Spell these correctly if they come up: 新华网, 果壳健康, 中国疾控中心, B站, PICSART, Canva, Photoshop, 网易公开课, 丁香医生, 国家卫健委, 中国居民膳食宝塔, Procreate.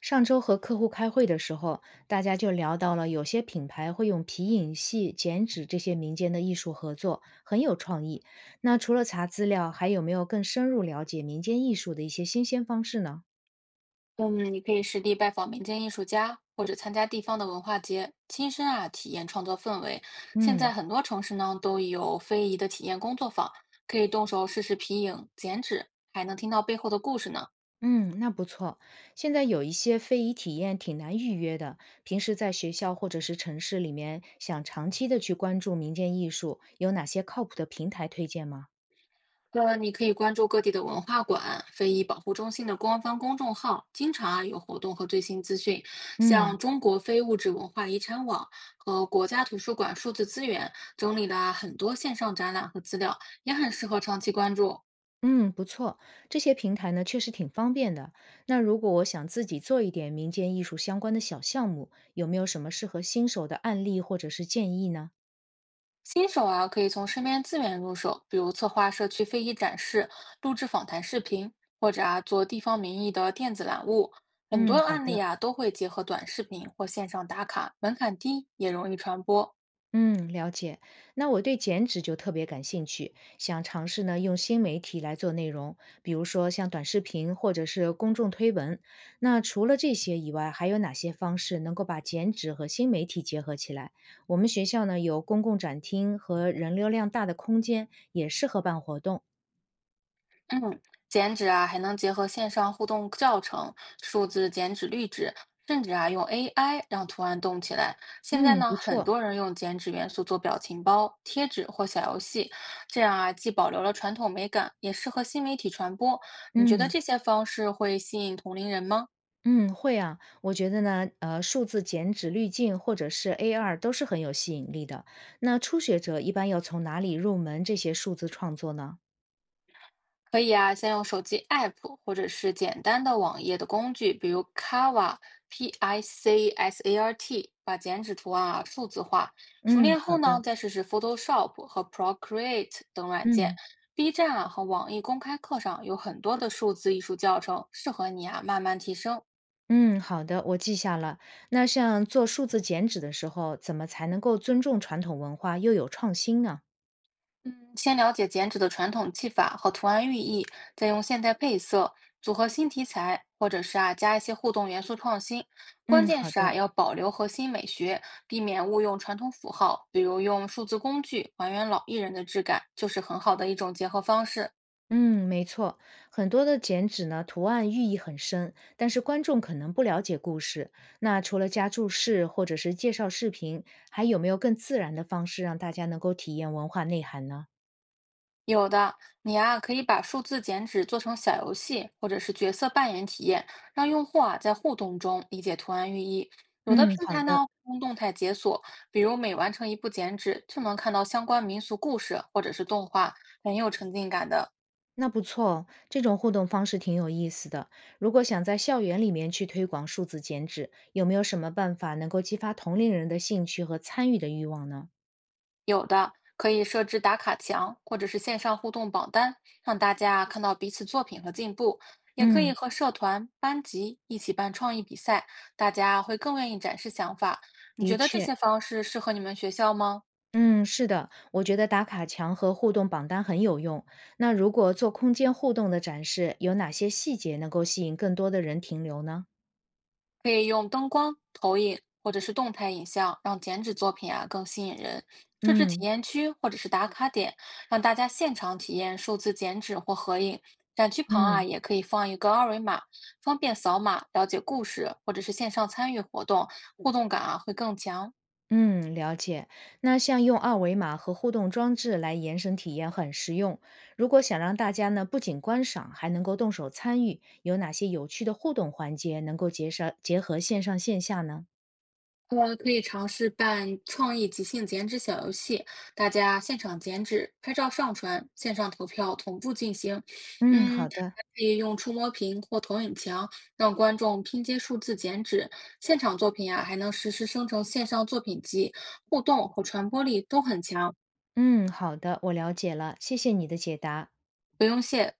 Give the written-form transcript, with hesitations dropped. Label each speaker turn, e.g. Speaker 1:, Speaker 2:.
Speaker 1: 上周和客户开会的时候，大家就聊到了有些品牌会用皮影戏、剪纸这些民间的艺术合作，很有创意。那除了查资料，还有没有更深入了解民间艺术的一些新鲜方式呢？
Speaker 2: 嗯，你可以实地拜访民间艺术家，或者参加地方的文化节，亲身啊体验创作氛围。现在
Speaker 1: 嗯，
Speaker 2: 很多城市呢都有非遗的体验工作坊，可以动手试试皮影、剪纸，还能听到背后的故事呢。
Speaker 1: 嗯，那不错。现在有一些非遗体验挺难预约的，平时在学校或者是城市里面，想长期的去关注民间艺术，有哪些靠谱的平台推荐吗？
Speaker 2: 那你可以关注各地的文化馆、非遗保护中心的官方公众号，经常啊有活动和最新资讯。
Speaker 1: 嗯
Speaker 2: 像中国非物质文化遗产网和国家图书馆数字资源整理了啊很多线上展览和资料，也很适合长期关注。
Speaker 1: 嗯，不错，这些平台呢确实挺方便的。那如果我想自己做一点民间艺术相关的小项目，有没有什么适合新手的案例或者是建议呢？
Speaker 2: 新手啊，可以从身边资源入手，比如策划社区非遗展示、录制访谈视频，或者啊做地方民意的电子栏目。很多
Speaker 1: 嗯，好
Speaker 2: 案例
Speaker 1: 的。
Speaker 2: 啊都会结合短视频或线上打卡，门槛低，也容易传播。
Speaker 1: 嗯，了解。那我对减脂就特别感兴趣，想尝试呢用新媒体来做内容，比如说像短视频或者是公众推文。那除了这些以外，还有哪些方式能够把减脂和新媒体结合起来？我们学校呢有公共展厅和人流量大的空间，也适合办活动。
Speaker 2: 嗯，剪纸啊，还能结合线上互动教程、数字剪纸滤纸，甚至啊用 AI 让图案动起来。现在
Speaker 1: 嗯，
Speaker 2: 呢，
Speaker 1: 不
Speaker 2: 很
Speaker 1: 错。
Speaker 2: 多人用剪纸元素做表情包、贴纸或小游戏，这样啊既保留了传统美感，也适合新媒体传播。你觉得
Speaker 1: 嗯。
Speaker 2: 这些方式会吸引同龄人吗？
Speaker 1: 嗯，会啊，我觉得呢，数字剪纸滤镜或者是 AR 都是很有吸引力的。那初学者一般要从哪里入门这些数字创作呢？
Speaker 2: 可以啊，先用手机 app 或者是简单的网页的工具，比如 Canva、PICSART，把剪纸图案啊数字化。熟
Speaker 1: 嗯，
Speaker 2: 练
Speaker 1: 好
Speaker 2: 后呢，
Speaker 1: 的，
Speaker 2: 再试试 Photoshop 和 Procreate 等软件。
Speaker 1: 嗯
Speaker 2: B 站啊和网易公开课上有很多的数字艺术教程，适合你啊慢慢提升。
Speaker 1: 嗯，好的，我记下了。那像做数字剪纸的时候，怎么才能够尊重传统文化又有创新呢？
Speaker 2: 嗯，先了解剪纸的传统技法和图案寓意，再用现代配色组合新题材，或者是啊加一些互动元素创新。关
Speaker 1: 嗯，
Speaker 2: 键
Speaker 1: 好
Speaker 2: 是啊
Speaker 1: 的。
Speaker 2: 要保留核心美学，避免误用传统符号，比如用数字工具还原老艺人的质感，就是很好的一种结合方式。
Speaker 1: 嗯，没错，很多的剪纸呢，图案寓意很深，但是观众可能不了解故事。那除了加注释或者是介绍视频，还有没有更自然的方式让大家能够体验文化内涵呢？
Speaker 2: 有的，你啊，可以把数字剪纸做成小游戏，或者是角色扮演体验，让用户啊在互动中理解图案寓意。有的
Speaker 1: 嗯，
Speaker 2: 平
Speaker 1: 好
Speaker 2: 台呢，
Speaker 1: 的，
Speaker 2: 用动态解锁，比如每完成一步剪纸，就能看到相关民俗故事或者是动画，很有沉浸感的。
Speaker 1: 那不错哦这种互动方式挺有意思的。如果想在校园里面去推广数字剪纸，有没有什么办法能够激发同龄人的兴趣和参与的欲望呢？
Speaker 2: 有的可以设置打卡墙，或者是线上互动榜单，让大家看到彼此作品和进步。也可以
Speaker 1: 嗯，
Speaker 2: 和社团、班级一起办创意比赛，大家会更愿意展示想法。你觉
Speaker 1: 的
Speaker 2: 得这
Speaker 1: 确。
Speaker 2: 些方式适合你们学校吗？
Speaker 1: 嗯，是的，我觉得打卡墙和互动榜单很有用。那如果做空间互动的展示，有哪些细节能够吸引更多的人停留呢？
Speaker 2: 可以用灯光、投影或者是动态影像，让剪纸作品啊更吸引人。设置体
Speaker 1: 嗯
Speaker 2: 验区或者是打卡点，让大家现场体验数字剪纸或合影。展区旁啊，
Speaker 1: 嗯
Speaker 2: 也可以放一个二维码，方便扫码了解故事或者是线上参与活动，互动感啊会更强。
Speaker 1: 嗯，了解。那像用二维码和互动装置来延伸体验很实用。如果想让大家呢不仅观赏，还能够动手参与，有哪些有趣的互动环节能够结合线上线下呢？
Speaker 2: 可以尝试办创意即兴剪纸小游戏，大家现场剪纸，拍照上传，线上投票同步进行。
Speaker 1: 嗯，
Speaker 2: 嗯，
Speaker 1: 好的，
Speaker 2: 还可以用触摸屏或投影墙让观众拼接数字剪纸。现场作品呀、还能实时生成线上作品集，互动和传播力都很强，
Speaker 1: 嗯，好的，我了解了，谢谢你的解答。
Speaker 2: 不用谢。